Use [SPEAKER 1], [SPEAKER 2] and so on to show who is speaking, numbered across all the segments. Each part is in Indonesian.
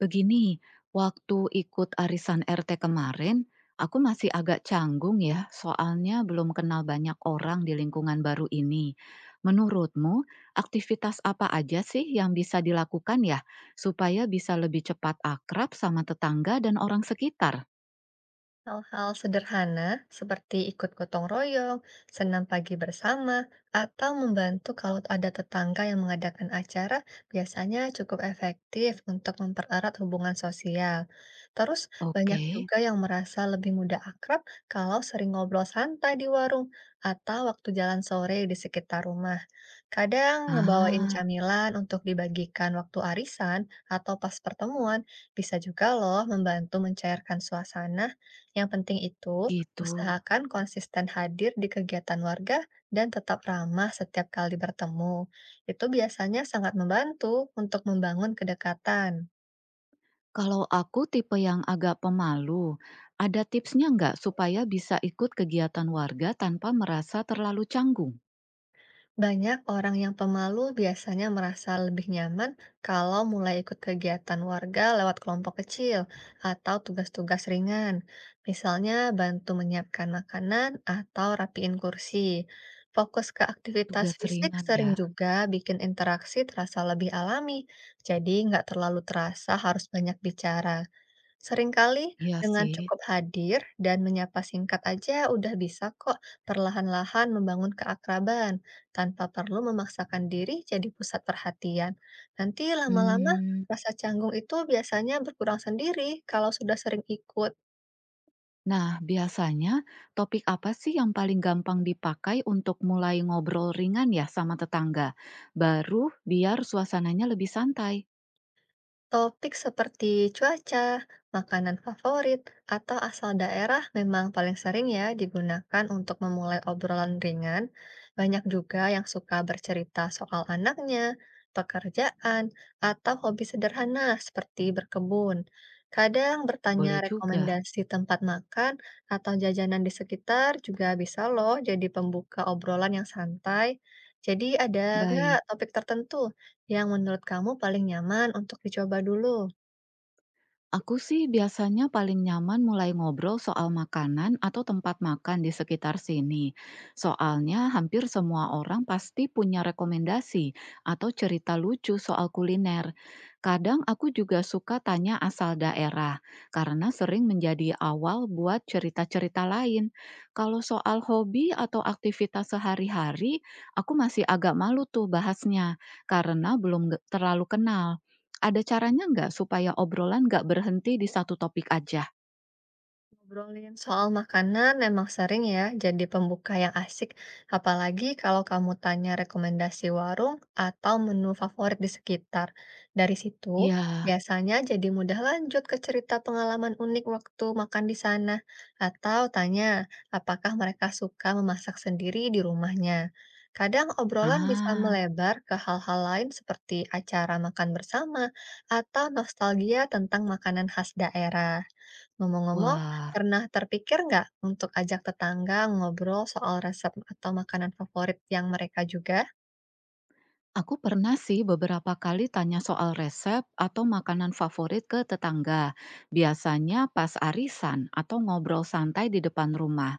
[SPEAKER 1] Begini, waktu ikut arisan RT kemarin, aku masih agak canggung ya, soalnya belum kenal banyak orang di lingkungan baru ini. Menurutmu, aktivitas apa aja sih yang bisa dilakukan ya, supaya bisa lebih cepat akrab sama tetangga dan orang sekitar?
[SPEAKER 2] Hal-hal sederhana seperti ikut gotong royong, senam pagi bersama, atau membantu kalau ada tetangga yang mengadakan acara biasanya cukup efektif untuk mempererat hubungan sosial. Terus banyak
[SPEAKER 1] Oke,
[SPEAKER 2] juga yang merasa lebih mudah akrab kalau sering ngobrol santai di warung atau waktu jalan sore di sekitar rumah. Kadang ngebawain
[SPEAKER 1] ah,
[SPEAKER 2] camilan untuk dibagikan waktu arisan atau pas pertemuan bisa juga loh membantu mencairkan suasana. Yang penting itu,
[SPEAKER 1] gitu.
[SPEAKER 2] usahakan konsisten hadir di kegiatan warga dan tetap ramah setiap kali bertemu. Itu biasanya sangat membantu untuk membangun kedekatan.
[SPEAKER 1] Kalau aku tipe yang agak pemalu, ada tipsnya nggak supaya bisa ikut kegiatan warga tanpa merasa terlalu canggung?
[SPEAKER 2] Banyak orang yang pemalu biasanya merasa lebih nyaman kalau mulai ikut kegiatan warga lewat kelompok kecil atau tugas-tugas ringan, misalnya bantu menyiapkan makanan atau rapiin kursi. Fokus ke aktivitas
[SPEAKER 1] Tugas
[SPEAKER 2] fisik
[SPEAKER 1] ringan
[SPEAKER 2] sering
[SPEAKER 1] ya?
[SPEAKER 2] juga bikin interaksi terasa lebih alami, jadi nggak terlalu terasa harus banyak bicara. Seringkali
[SPEAKER 1] Iya
[SPEAKER 2] dengan
[SPEAKER 1] sih.
[SPEAKER 2] cukup hadir dan menyapa singkat aja udah bisa kok perlahan-lahan membangun keakraban tanpa perlu memaksakan diri jadi pusat perhatian. Nanti lama-lama
[SPEAKER 1] Mmm,
[SPEAKER 2] rasa canggung itu biasanya berkurang sendiri kalau sudah sering ikut.
[SPEAKER 1] nah, biasanya topik apa sih yang paling gampang dipakai untuk mulai ngobrol ringan ya sama tetangga? Baru biar suasananya lebih santai.
[SPEAKER 2] Topik seperti cuaca, makanan favorit, atau asal daerah memang paling sering ya digunakan untuk memulai obrolan ringan. Banyak juga yang suka bercerita soal anaknya, pekerjaan, atau hobi sederhana seperti berkebun. Kadang bertanya
[SPEAKER 1] Boleh juga.
[SPEAKER 2] rekomendasi tempat makan atau jajanan di sekitar juga bisa loh jadi pembuka obrolan yang santai. Jadi ada nggak
[SPEAKER 1] Baik.
[SPEAKER 2] topik tertentu yang menurut kamu paling nyaman untuk dicoba dulu?
[SPEAKER 1] Aku sih biasanya paling nyaman mulai ngobrol soal makanan atau tempat makan di sekitar sini. Soalnya hampir semua orang pasti punya rekomendasi atau cerita lucu soal kuliner. Kadang aku juga suka tanya asal daerah karena sering menjadi awal buat cerita-cerita lain. Kalau soal hobi atau aktivitas sehari-hari, aku masih agak malu tuh bahasnya karena belum terlalu kenal. Ada caranya nggak supaya obrolan nggak berhenti di satu topik aja?
[SPEAKER 2] Ngobrolin soal makanan memang sering ya jadi pembuka yang asik, apalagi kalau kamu tanya rekomendasi warung atau menu favorit di sekitar. Dari situ,
[SPEAKER 1] Iya.
[SPEAKER 2] biasanya jadi mudah lanjut ke cerita pengalaman unik waktu makan di sana, atau tanya apakah mereka suka memasak sendiri di rumahnya. Kadang obrolan bisa
[SPEAKER 1] Ah.
[SPEAKER 2] melebar ke hal-hal lain seperti acara makan bersama atau nostalgia tentang makanan khas daerah. Ngomong-ngomong,
[SPEAKER 1] Wah.
[SPEAKER 2] pernah terpikir nggak untuk ajak tetangga ngobrol soal resep atau makanan favorit yang mereka juga?
[SPEAKER 1] Aku pernah sih beberapa kali tanya soal resep atau makanan favorit ke tetangga. Biasanya pas arisan atau ngobrol santai di depan rumah.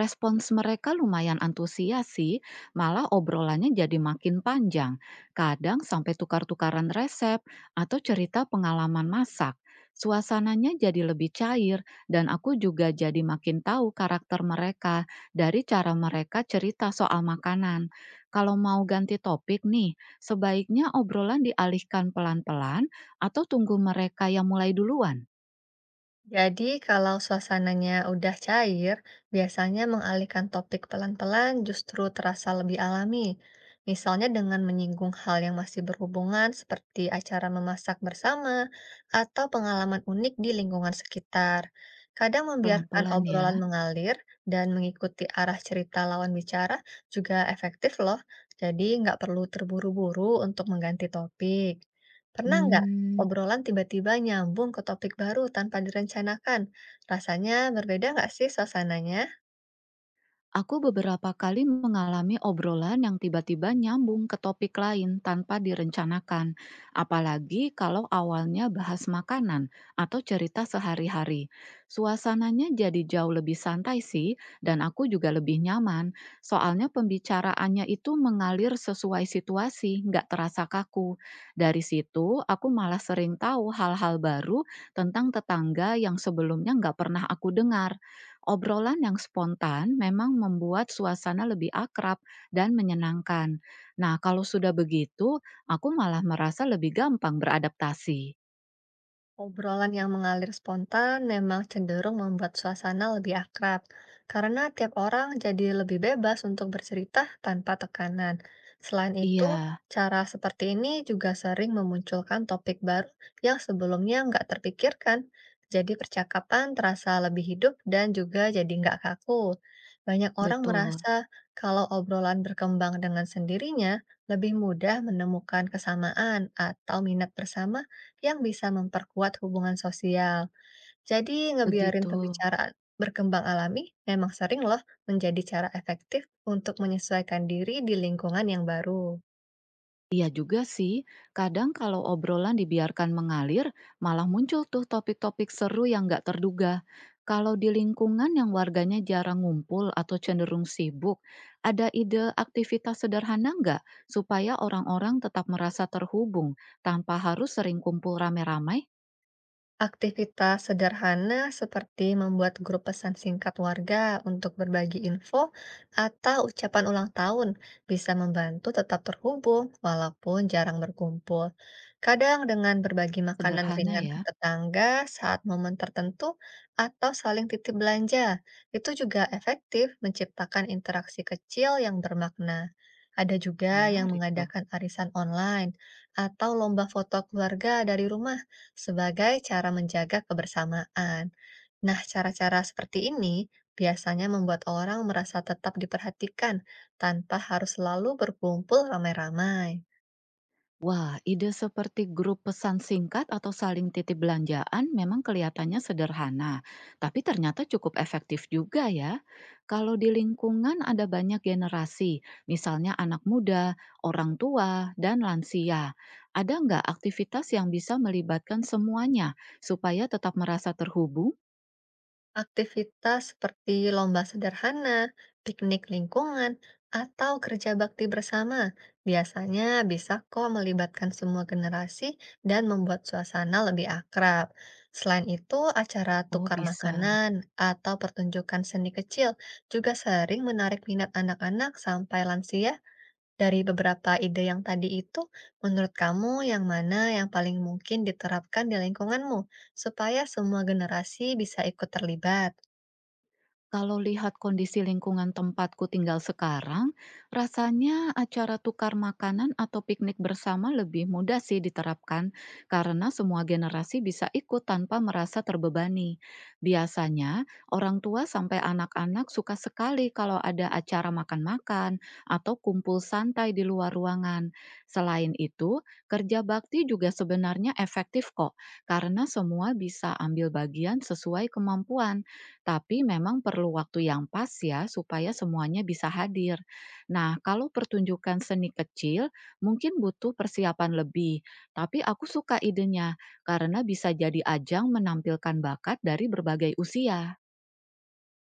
[SPEAKER 1] Respons mereka lumayan antusias sih, malah obrolannya jadi makin panjang. Kadang sampai tukar-tukaran resep atau cerita pengalaman masak. Suasananya jadi lebih cair dan aku juga jadi makin tahu karakter mereka dari cara mereka cerita soal makanan. Kalau mau ganti topik nih, sebaiknya obrolan dialihkan pelan-pelan atau tunggu mereka yang mulai duluan?
[SPEAKER 2] Jadi, kalau suasananya udah cair, biasanya mengalihkan topik pelan-pelan justru terasa lebih alami. Misalnya dengan menyinggung hal yang masih berhubungan seperti acara memasak bersama atau pengalaman unik di lingkungan sekitar. Kadang membiarkan
[SPEAKER 1] Pelan-pelan ya.
[SPEAKER 2] obrolan mengalir dan mengikuti arah cerita lawan bicara juga efektif loh. Jadi, nggak perlu terburu-buru untuk mengganti topik. Pernah nggak
[SPEAKER 1] Mmm.
[SPEAKER 2] obrolan tiba-tiba nyambung ke topik baru tanpa direncanakan? Rasanya berbeda nggak sih suasananya?
[SPEAKER 1] Aku beberapa kali mengalami obrolan yang tiba-tiba nyambung ke topik lain tanpa direncanakan, apalagi kalau awalnya bahas makanan atau cerita sehari-hari. Suasananya jadi jauh lebih santai sih, dan aku juga lebih nyaman. Soalnya pembicaraannya itu mengalir sesuai situasi, nggak terasa kaku. Dari situ, aku malah sering tahu hal-hal baru tentang tetangga yang sebelumnya nggak pernah aku dengar. Obrolan yang spontan memang membuat suasana lebih akrab dan menyenangkan. Nah, kalau sudah begitu, aku malah merasa lebih gampang beradaptasi.
[SPEAKER 2] Obrolan yang mengalir spontan memang cenderung membuat suasana lebih akrab, karena tiap orang jadi lebih bebas untuk bercerita tanpa tekanan. Selain itu,
[SPEAKER 1] Iya,
[SPEAKER 2] cara seperti ini juga sering memunculkan topik baru yang sebelumnya nggak terpikirkan. Jadi percakapan terasa lebih hidup dan juga jadi nggak kaku. Banyak orang
[SPEAKER 1] betul,
[SPEAKER 2] merasa kalau obrolan berkembang dengan sendirinya, lebih mudah menemukan kesamaan atau minat bersama yang bisa memperkuat hubungan sosial. Jadi, ngebiarin
[SPEAKER 1] begitu.
[SPEAKER 2] pembicaraan berkembang alami memang sering loh menjadi cara efektif untuk menyesuaikan diri di lingkungan yang baru.
[SPEAKER 1] Iya juga sih, kadang kalau obrolan dibiarkan mengalir, malah muncul tuh topik-topik seru yang nggak terduga. Kalau di lingkungan yang warganya jarang ngumpul atau cenderung sibuk, ada ide aktivitas sederhana nggak supaya orang-orang tetap merasa terhubung tanpa harus sering kumpul rame-ramai?
[SPEAKER 2] Aktivitas sederhana seperti membuat grup pesan singkat warga untuk berbagi info atau ucapan ulang tahun bisa membantu tetap terhubung walaupun jarang berkumpul. Kadang dengan berbagi makanan
[SPEAKER 1] Sederhana
[SPEAKER 2] ringan ke
[SPEAKER 1] ya,
[SPEAKER 2] tetangga saat momen tertentu atau saling titip belanja, itu juga efektif menciptakan interaksi kecil yang bermakna. Ada juga yang
[SPEAKER 1] menarik tuh.
[SPEAKER 2] mengadakan arisan online atau lomba foto keluarga dari rumah sebagai cara menjaga kebersamaan. Nah, cara-cara seperti ini biasanya membuat orang merasa tetap diperhatikan tanpa harus selalu berkumpul ramai-ramai.
[SPEAKER 1] Wah, ide seperti grup pesan singkat atau saling titip belanjaan memang kelihatannya sederhana, tapi ternyata cukup efektif juga ya. Kalau di lingkungan ada banyak generasi, misalnya anak muda, orang tua, dan lansia. Ada nggak aktivitas yang bisa melibatkan semuanya supaya tetap merasa terhubung?
[SPEAKER 2] Aktivitas seperti lomba sederhana, piknik lingkungan, atau kerja bakti bersama biasanya bisa kok melibatkan semua generasi dan membuat suasana lebih akrab. Selain itu, acara
[SPEAKER 1] Oh,
[SPEAKER 2] tukar
[SPEAKER 1] bisa.
[SPEAKER 2] makanan atau pertunjukan seni kecil juga sering menarik minat anak-anak sampai lansia. Dari beberapa ide yang tadi itu, menurut kamu yang mana yang paling mungkin diterapkan di lingkunganmu supaya semua generasi bisa ikut terlibat?
[SPEAKER 1] Kalau lihat kondisi lingkungan tempatku tinggal sekarang, rasanya acara tukar makanan atau piknik bersama lebih mudah sih diterapkan karena semua generasi bisa ikut tanpa merasa terbebani. Biasanya, orang tua sampai anak-anak suka sekali kalau ada acara makan-makan atau kumpul santai di luar ruangan. Selain itu, kerja bakti juga sebenarnya efektif kok karena semua bisa ambil bagian sesuai kemampuan tapi memang perlu waktu yang pas ya supaya semuanya bisa hadir. Nah, kalau pertunjukan seni kecil mungkin butuh persiapan lebih, tapi aku suka idenya karena bisa jadi ajang menampilkan bakat dari berbagai usia.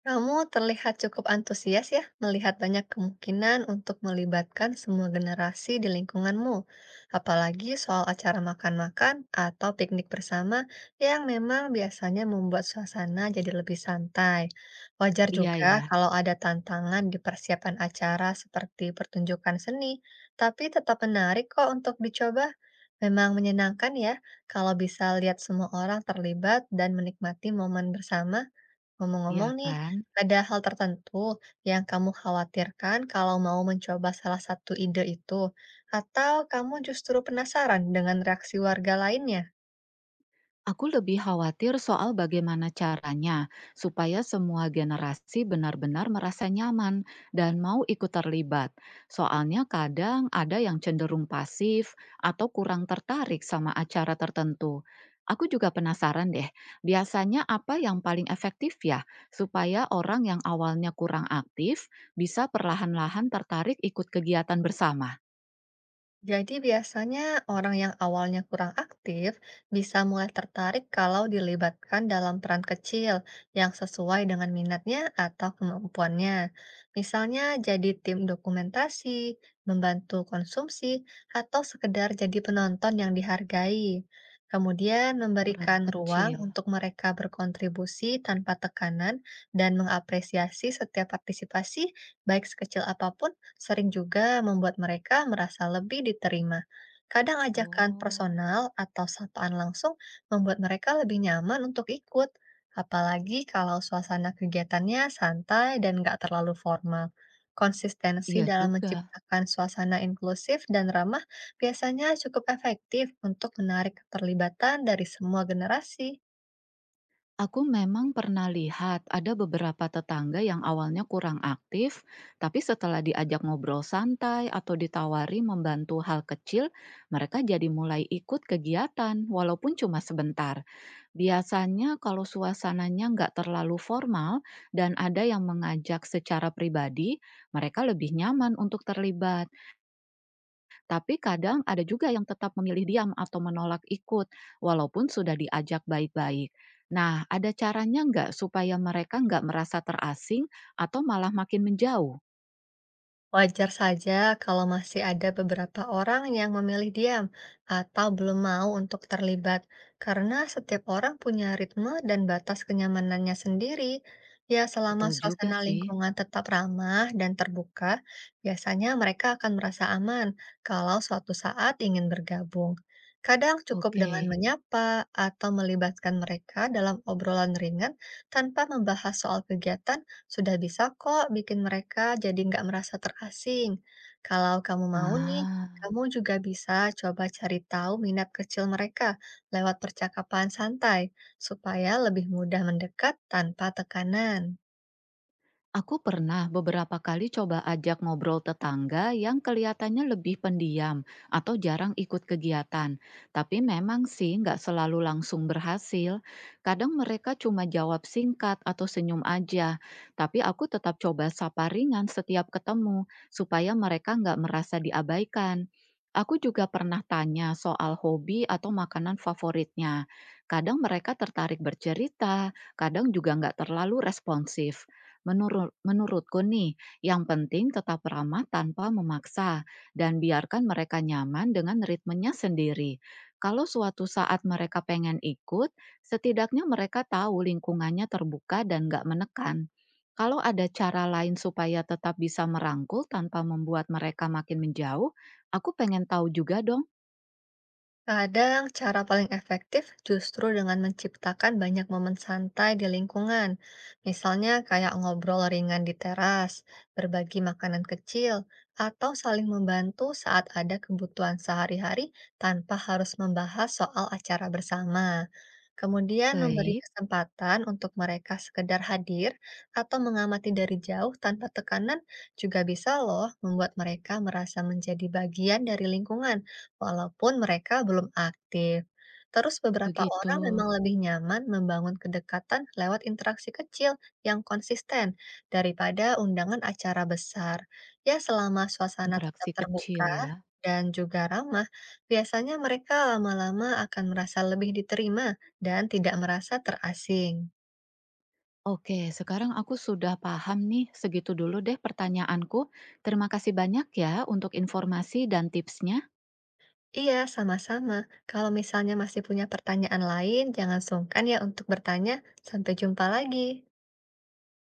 [SPEAKER 2] Kamu terlihat cukup antusias ya melihat banyak kemungkinan untuk melibatkan semua generasi di lingkunganmu, apalagi soal acara makan-makan atau piknik bersama yang memang biasanya membuat suasana jadi lebih santai. Wajar
[SPEAKER 1] Iya
[SPEAKER 2] juga
[SPEAKER 1] ya,
[SPEAKER 2] kalau ada tantangan di persiapan acara seperti pertunjukan seni, tapi tetap menarik kok untuk dicoba. Memang menyenangkan ya kalau bisa lihat semua orang terlibat dan menikmati momen bersama.
[SPEAKER 1] iya
[SPEAKER 2] Ngomong-ngomong nih,
[SPEAKER 1] kan?
[SPEAKER 2] ada hal tertentu yang kamu khawatirkan kalau mau mencoba salah satu ide itu? Atau kamu justru penasaran dengan reaksi warga lainnya?
[SPEAKER 1] Aku lebih khawatir soal bagaimana caranya supaya semua generasi benar-benar merasa nyaman dan mau ikut terlibat. Soalnya kadang ada yang cenderung pasif atau kurang tertarik sama acara tertentu. Aku juga penasaran deh, biasanya apa yang paling efektif ya supaya orang yang awalnya kurang aktif bisa perlahan-lahan tertarik ikut kegiatan bersama?
[SPEAKER 2] Jadi biasanya orang yang awalnya kurang aktif bisa mulai tertarik kalau dilibatkan dalam peran kecil yang sesuai dengan minatnya atau kemampuannya. Misalnya jadi tim dokumentasi, membantu konsumsi, atau sekedar jadi penonton yang dihargai. Kemudian
[SPEAKER 1] Peran
[SPEAKER 2] memberikan ruang
[SPEAKER 1] kecil.
[SPEAKER 2] untuk mereka berkontribusi tanpa tekanan dan mengapresiasi setiap partisipasi, baik sekecil apapun sering juga membuat mereka merasa lebih diterima. Kadang ajakan
[SPEAKER 1] Oh,
[SPEAKER 2] personal atau sapaan langsung membuat mereka lebih nyaman untuk ikut, apalagi kalau suasana kegiatannya santai dan nggak terlalu formal. Konsistensi
[SPEAKER 1] iya
[SPEAKER 2] dalam
[SPEAKER 1] juga.
[SPEAKER 2] menciptakan suasana inklusif dan ramah biasanya cukup efektif untuk menarik keterlibatan dari semua generasi.
[SPEAKER 1] Aku memang pernah lihat ada beberapa tetangga yang awalnya kurang aktif, tapi setelah diajak ngobrol santai atau ditawari membantu hal kecil, mereka jadi mulai ikut kegiatan, walaupun cuma sebentar. Biasanya, kalau suasananya nggak terlalu formal dan ada yang mengajak secara pribadi, mereka lebih nyaman untuk terlibat. Tapi kadang ada juga yang tetap memilih diam atau menolak ikut, walaupun sudah diajak baik-baik. Nah, ada caranya nggak supaya mereka nggak merasa terasing atau malah makin menjauh?
[SPEAKER 2] Wajar saja kalau masih ada beberapa orang yang memilih diam atau belum mau untuk terlibat, karena setiap orang punya ritme dan batas kenyamanannya sendiri. Ya, selama
[SPEAKER 1] Betul juga
[SPEAKER 2] suasana
[SPEAKER 1] sih.
[SPEAKER 2] lingkungan tetap ramah dan terbuka, biasanya mereka akan merasa aman kalau suatu saat ingin bergabung. Kadang cukup
[SPEAKER 1] Oke.
[SPEAKER 2] dengan menyapa atau melibatkan mereka dalam obrolan ringan tanpa membahas soal kegiatan sudah bisa kok bikin mereka jadi nggak merasa terasing. Kalau kamu mau nih,
[SPEAKER 1] Ah.
[SPEAKER 2] kamu juga bisa coba cari tahu minat kecil mereka lewat percakapan santai, supaya lebih mudah mendekat tanpa tekanan.
[SPEAKER 1] Aku pernah beberapa kali coba ajak ngobrol tetangga yang kelihatannya lebih pendiam atau jarang ikut kegiatan. Tapi memang sih nggak selalu langsung berhasil. Kadang mereka cuma jawab singkat atau senyum aja. Tapi aku tetap coba sapa ringan setiap ketemu supaya mereka nggak merasa diabaikan. Aku juga pernah tanya soal hobi atau makanan favoritnya. Kadang mereka tertarik bercerita, kadang juga nggak terlalu responsif. Menurutku nih, yang penting tetap ramah tanpa memaksa dan biarkan mereka nyaman dengan ritmenya sendiri. Kalau suatu saat mereka pengen ikut, setidaknya mereka tahu lingkungannya terbuka dan nggak menekan. Kalau ada cara lain supaya tetap bisa merangkul tanpa membuat mereka makin menjauh, aku pengen tahu juga dong.
[SPEAKER 2] Kadang cara paling efektif justru dengan menciptakan banyak momen santai di lingkungan, misalnya kayak ngobrol ringan di teras, berbagi makanan kecil, atau saling membantu saat ada kebutuhan sehari-hari tanpa harus membahas soal acara bersama. Kemudian memberi
[SPEAKER 1] Baik,
[SPEAKER 2] kesempatan untuk mereka sekedar hadir atau mengamati dari jauh tanpa tekanan juga bisa loh membuat mereka merasa menjadi bagian dari lingkungan walaupun mereka belum aktif. Terus beberapa
[SPEAKER 1] begitu,
[SPEAKER 2] orang memang lebih nyaman membangun kedekatan lewat interaksi kecil yang konsisten daripada undangan acara besar. Ya, selama suasana tetap
[SPEAKER 1] interaksi kecil
[SPEAKER 2] terbuka
[SPEAKER 1] ya.
[SPEAKER 2] dan juga ramah, biasanya mereka lama-lama akan merasa lebih diterima dan tidak merasa terasing.
[SPEAKER 1] Oke, sekarang aku sudah paham nih. Segitu dulu deh pertanyaanku. Terima kasih banyak ya untuk informasi dan tipsnya.
[SPEAKER 2] Iya, sama-sama. Kalau misalnya masih punya pertanyaan lain, jangan sungkan ya untuk bertanya. Sampai jumpa lagi.